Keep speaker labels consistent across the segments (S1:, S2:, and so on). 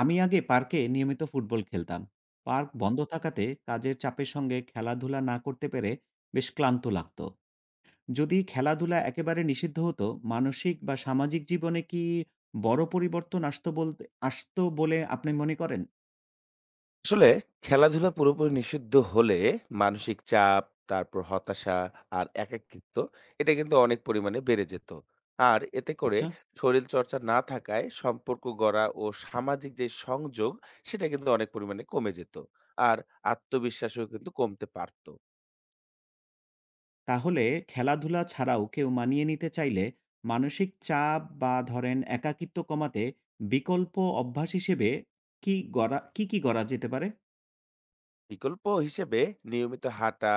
S1: আমি আগে পার্কে নিয়মিত ফুটবল খেলতাম। পার্ক বন্ধ থাকাতে কাজের চাপের সঙ্গে খেলাধুলা না করতে পেরে বেশ ক্লান্ত লাগতো। যদি খেলাধুলা একেবারে নিষিদ্ধ হতো, মানসিক বা সামাজিক জীবনে কি বড় পরিবর্তন আসতো বলে আপনি মনে করেন?
S2: আসলে খেলাধুলা পুরোপুরি নিষিদ্ধ হলে মানসিক চাপ, তারপর হতাশা আর একাকিত্ব এটা কিন্তু অনেক পরিমাণে বেড়ে যেত। আর এতে করে
S1: আচ্ছা।
S2: শরীর চর্চা না থাকায় সম্পর্ক গড়া ও সামাজিক যে সংযোগ সেটা কিন্তু অনেক পরিমাণে কমে যেত। আর আত্মবিশ্বাসও কিন্তু কমতে পারত।
S1: তাহলে খেলাধুলা ছাড়াও কেউ মানিয়ে নিতে চাইলে মানসিক চাপ বা ধরেন একাকিত্ব কমাতে বিকল্প অভ্যাস হিসেবে কি গড়া যেতে পারে?
S2: বিকল্প হিসেবে নিয়মিত হাঁটা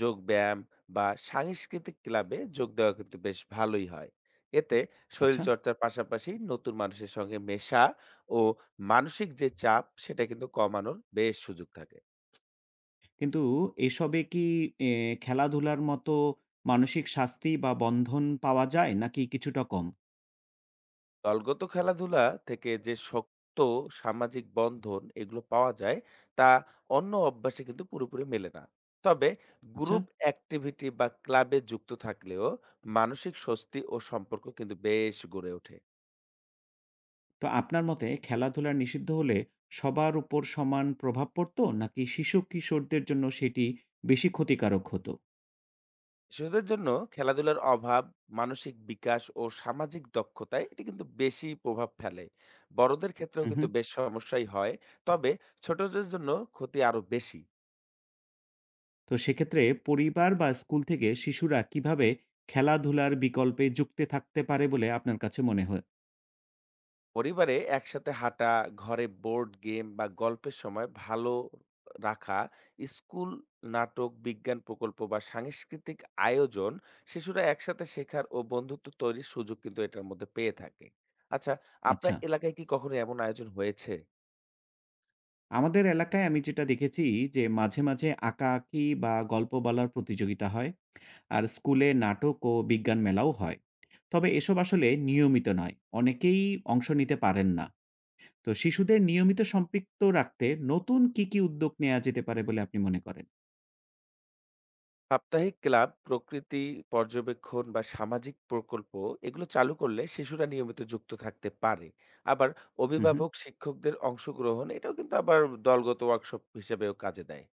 S2: যোগ ব্যায়াম বা সাংস্কৃতিক ক্লাবে যোগ দেওয়া কিন্তু বেশ ভালোই হয়। এতে শরীর
S1: আচ্ছা।
S2: চর্চার পাশাপাশি নতুন মানুষের সঙ্গে মেশা ও মানসিক যে চাপ সেটা কিন্তু কমানোর বেশ সুযোগ থাকে।
S1: কিন্তু এসবে কি এ খেলাধুলার মতো মানসিক শাস্তি বা বন্ধন পাওয়া যায় নাকি কিছুটা কম?
S2: দলগত খেলাধুলা থেকে যে শক্ত সামাজিক বন্ধন এগুলো পাওয়া যায় তা অন্য অভ্যাসে কিন্তু পুরোপুরি মেলে না। তবে
S1: আচ্ছা।
S2: গ্রুপ অ্যাক্টিভিটি বা ক্লাবে যুক্ত থাকলেও মানসিক স্বস্তি ও সম্পর্ক কিন্তু বেশ গড়ে ওঠে।
S1: তো আপনার মতে খেলাধুলা নিষিদ্ধ হলে সবার উপর সমান প্রভাব পড়তো নাকি শিশু-কিশোরদের জন্য সেটি বেশি ক্ষতিকারক হতো?
S2: শিশুদের জন্য খেলাধুলার অভাব মানসিক বিকাশ ও সামাজিক দক্ষতায় এটি কিন্তু বেশি প্রভাব ফেলে। বড়দের ক্ষেত্রেও
S1: হুম,
S2: কিন্তু
S1: হুম।
S2: বেশ সমস্যাই হয়, তবে ছোটদের জন্য ক্ষতি আরো বেশি।
S1: তো সেক্ষেত্রে পরিবার বা স্কুল থেকে শিশুরা কিভাবে খেলাধুলার বিকল্পে যুক্তে থাকতে পারে বলে আপনার কাছে মনে হয়?
S2: পরিবারে একসাথে হাঁটা, ঘরে বোর্ড গেম বা গল্পের সময় ভালো রাখা, স্কুল নাটক বিজ্ঞান প্রকল্প বা সাংস্কৃতিক আয়োজন, শিশুরা একসাথে শেখার ও বন্ধুত্ব তৈরির সুযোগ কিন্তু এটার মধ্যে পেয়ে থাকে। আচ্ছা, আপনার
S1: আচ্ছা।
S2: এলাকায় কি কখনো এমন আয়োজন হয়েছে?
S1: আমাদের এলাকায় আমি যেটা দেখেছি যে মাঝে, মাঝে আঁকাআঁকি বা গল্প বলার প্রতিযোগিতা হয়। আর স্কুলে নাটক ও বিজ্ঞান মেলাও হয়, তবে এসব আসলে নিয়মিত নয়, অনেকেই অংশ নিতে পারেন না। তো শিশুদের নিয়মিত সম্পৃক্ত রাখতে নতুন কি কি উদ্যোগ নেওয়া যেতে পারে বলে আপনি মনে করেন?
S2: সাপ্তাহিক ক্লাব, প্রকৃতি পর্যবেক্ষণ বা সামাজিক প্রকল্প এগুলো চালু করলে শিশুরা নিয়মিত যুক্ত থাকতে পারে। আবার
S1: হুম, হুম।
S2: অভিভাবক, শিক্ষকদের অংশগ্রহণ এটাও কিন্তু আবার দলগত ওয়ার্কশপ হিসেবেও কাজে দেয়।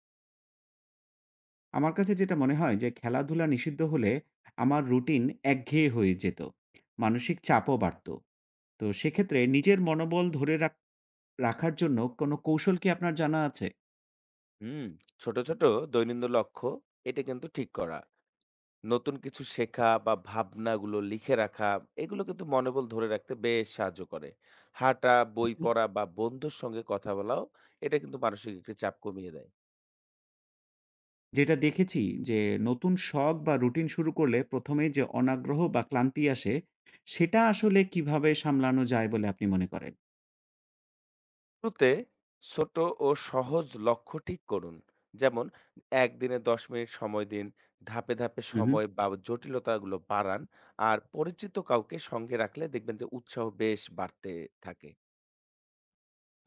S1: আমার কাছে যেটা মনে হয় যে খেলাধুলা নিষিদ্ধ হলে আমার রুটিন একঘেয়ে হয়ে যেত, মানসিক চাপও বাড়তো। তো সেক্ষেত্রে নিজের মনোবল রাখার জন্য কোনো কৌশল কি আপনার জানা আছে?
S2: হুম, ছোট, ছোট দৈনন্দিন লক্ষ্য এটা কিন্তু ঠিক করা। নতুন কিছু শেখা বা ভাবনাগুলো লিখে রাখা এগুলো কিন্তু মনোবল ধরে রাখতে বেশ সাহায্য করে। হাঁটা, বই
S1: আচ্ছা।
S2: পড়া বা বন্ধুর সঙ্গে কথা বলাও এটা কিন্তু মানসিক একটি চাপ কমিয়ে দেয়।
S1: যেটা দেখেছি যে নতুন শখ বা রুটিন শুরু করলে প্রথমেই যে অনাগ্রহ বা ক্লান্তি আসে, সেটা আসলে কিভাবে সামলানো যায় বলে আপনি মনে করেন?
S2: শুরুতে ছোট ও সহজ লক্ষ্য ঠিক করুন, যেমন একদিনে ১০ মিনিট সময় দিন, ধাপে ধাপে
S1: হুম, হুম।
S2: সময় বা জটিলতাগুলো বাড়ান। আর পরিচিত কাউকে সঙ্গে রাখলে দেখবেন যে উৎসাহ বেশ বাড়তে থাকে।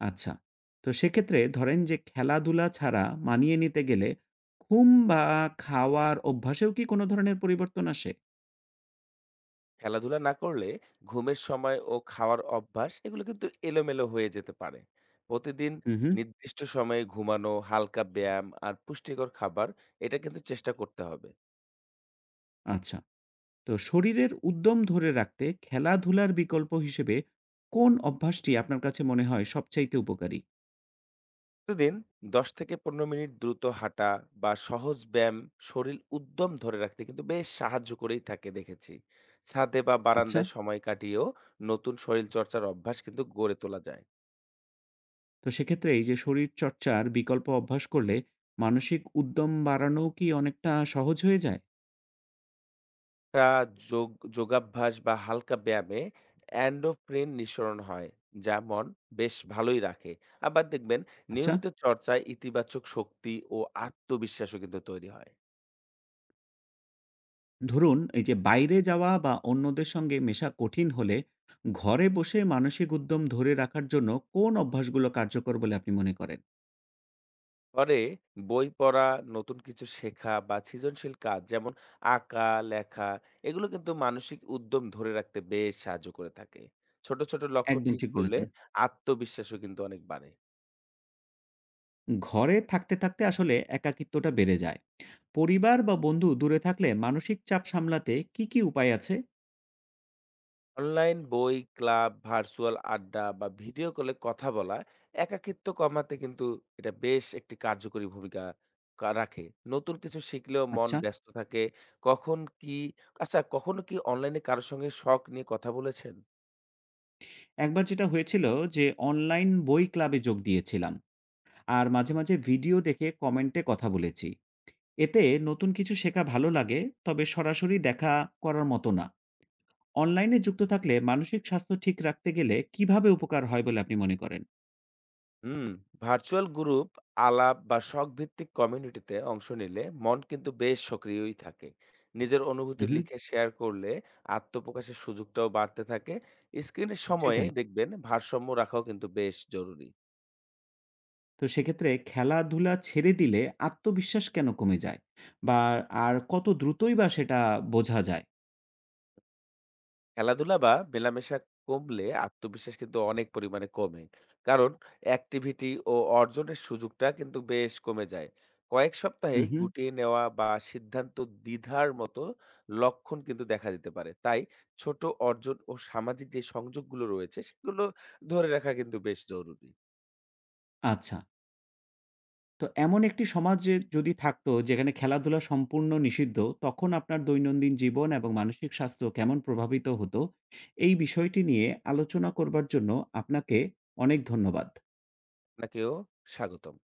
S1: আচ্ছা। তো সেক্ষেত্রে ধরেন যে খেলাধুলা ছাড়া মানিয়ে নিতে গেলে ঘুম বা খাওয়ার অভ্যাসেও কি কোনো ধরনের পরিবর্তন আসে?
S2: খেলাধুলা না করলে ঘুমের সময় ও খাওয়ার অভ্যাস এগুলো কিন্তু এলোমেলো হয়ে যেতে পারে। প্রতিদিন
S1: হুম, হুম।
S2: নির্দিষ্ট সময়ে ঘুমানো, হালকা ব্যায়াম আর পুষ্টিকর খাবার এটা কিন্তু চেষ্টা করতে হবে।
S1: আচ্ছা। তো শরীরের উদ্যম ধরে রাখতে খেলাধুলার বিকল্প হিসেবে কোন অভ্যাসটি আপনার কাছে মনে হয় সবচাইতে উপকারী?
S2: প্রতিদিন ১০ থেকে ১৫ মিনিট দ্রুত হাঁটা বা সহজ ব্যায়াম শরীর উদ্যম ধরে রাখতে কিন্তু বেশ সাহায্য করেই থাকে দেখেছি। ছাদে বা
S1: আচ্ছা।
S2: বারান্দায় সময় কাটিয়েও নতুন শরীর চর্চার অভ্যাস কিন্তু গড়ে তোলা যায়।
S1: তো সেক্ষেত্রে এই যে শরীরচর্চার বিকল্প অভ্যাস করলে মানসিক উদ্যম বাড়ানোও কি অনেকটা সহজ হয়ে যায়?
S2: তা যোগ যোগাভ্যাস বা হালকা ব্যায়ামে এন্ডোফ্রেন নিঃসরণ হয়, যা মন বেশ ভালোই রাখে। আবার দেখবেন
S1: আচ্ছা,
S2: নিয়মিত চর্চায় ইতিবাচক শক্তি ও আত্মবিশ্বাসও কিন্তু তৈরি হয়।
S1: ধরুন এই যে বাইরে যাওয়া বা অন্যদের সঙ্গে মেশা কঠিন হলে ঘরে বসে মানসিক উদ্যম ধরে রাখার জন্য কোন অভ্যাসগুলো কার্যকর বলে আপনি মনে করেন?
S2: ঘরে বই পড়া, নতুন কিছু শেখা বা সৃজনশীল কাজ যেমন আঁকা, লেখা এগুলো কিন্তু মানসিক উদ্যম ধরে রাখতে বেশ সাহায্য করে থাকে। ছোট, ছোট লক্ষ্য
S1: একদম
S2: ঠিক
S1: ঠিক
S2: করলে
S1: বলেছেন।
S2: আত্মবিশ্বাসও কিন্তু অনেক বাড়ে।
S1: ঘরে থাকতে, থাকতে আসলে একাকিত্বটা বেড়ে যায়। পরিবার বা বন্ধু দূরে থাকলে মানসিক চাপ সামলাতে কি, কি উপায় আছে?
S2: অনলাইন বই ক্লাব, ভার্চুয়াল আড্ডা বা ভিডিও কলে কথা বলা একাকিত্ব কমাতে কিন্তু এটা বেশ একটি কার্যকরী ভূমিকা রাখে। নতুন কিছু শিখলেও মন
S1: আচ্ছা,
S2: ব্যস্ত থাকে। কখন কি আচ্ছা, কখনো কি অনলাইনে কারো সঙ্গে শখ নিয়ে কথা বলেছেন?
S1: একবার যেটা হয়েছিল যে অনলাইন বই ক্লাবে যোগ দিয়েছিলাম। আর মাঝে, মাঝে ভিডিও দেখে কমেন্টে কথা বলেছি। এতে নতুন কিছু শেখা ভালো লাগে, তবে সরাসরি দেখা করার মতো না। অনলাইনে যুক্ত থাকলে মানসিক স্বাস্থ্য ঠিক রাখতে গেলে কিভাবে উপকার হয় বলে আপনি মনে করেন?
S2: হুম, ভার্চুয়াল গ্রুপ আলাপ বা শখ ভিত্তিক কমিউনিটিতে অংশ নিলে মন কিন্তু বেশ সক্রিয়ই থাকে। নিজের
S1: হু,
S2: অনুভূতি
S1: হু।
S2: লিখে শেয়ার করলে আত্মপ্রকাশের সুযোগটাও বাড়তে থাকে। স্ক্রিনের সময়ে
S1: সেটাই।
S2: দেখবেন ভারসাম্য রাখাও কিন্তু বেশ জরুরি।
S1: তো সেক্ষেত্রে খেলাধুলা ছেড়ে দিলে আত্মবিশ্বাস কেন কমে যায়? বা আর কত দ্রুতই বা সেটা বোঝা যায়?
S2: খেলাধুলা বা মেলামেশা কমলে আত্মবিশ্বাস কিন্তু অনেক পরিমাণে কমে, কারণ অ্যাক্টিভিটি ও অর্জনের সুযোগটা কিন্তু বেশ কমে যায়। কয়েক সপ্তাহে
S1: হু, হু।
S2: গুটিয়ে নেওয়া বা সিদ্ধান্ত দ্বিধার মতো লক্ষণ কিন্তু দেখা দিতে পারে, তাই ছোট অর্জন ও সামাজিক যে সংযোগগুলো রয়েছে সেগুলো ধরে রাখা কিন্তু বেশ জরুরি।
S1: আচ্ছা। তো এমন একটি সমাজে যদি থাকতো যেখানে খেলাধুলা সম্পূর্ণ নিষিদ্ধ, তখন আপনার দৈনন্দিন জীবন এবং মানসিক স্বাস্থ্য কেমন প্রভাবিত হতো? এই বিষয়টি নিয়ে আলোচনা করবার জন্য আপনাকে অনেক ধন্যবাদ।
S2: আপনাকেও স্বাগতম।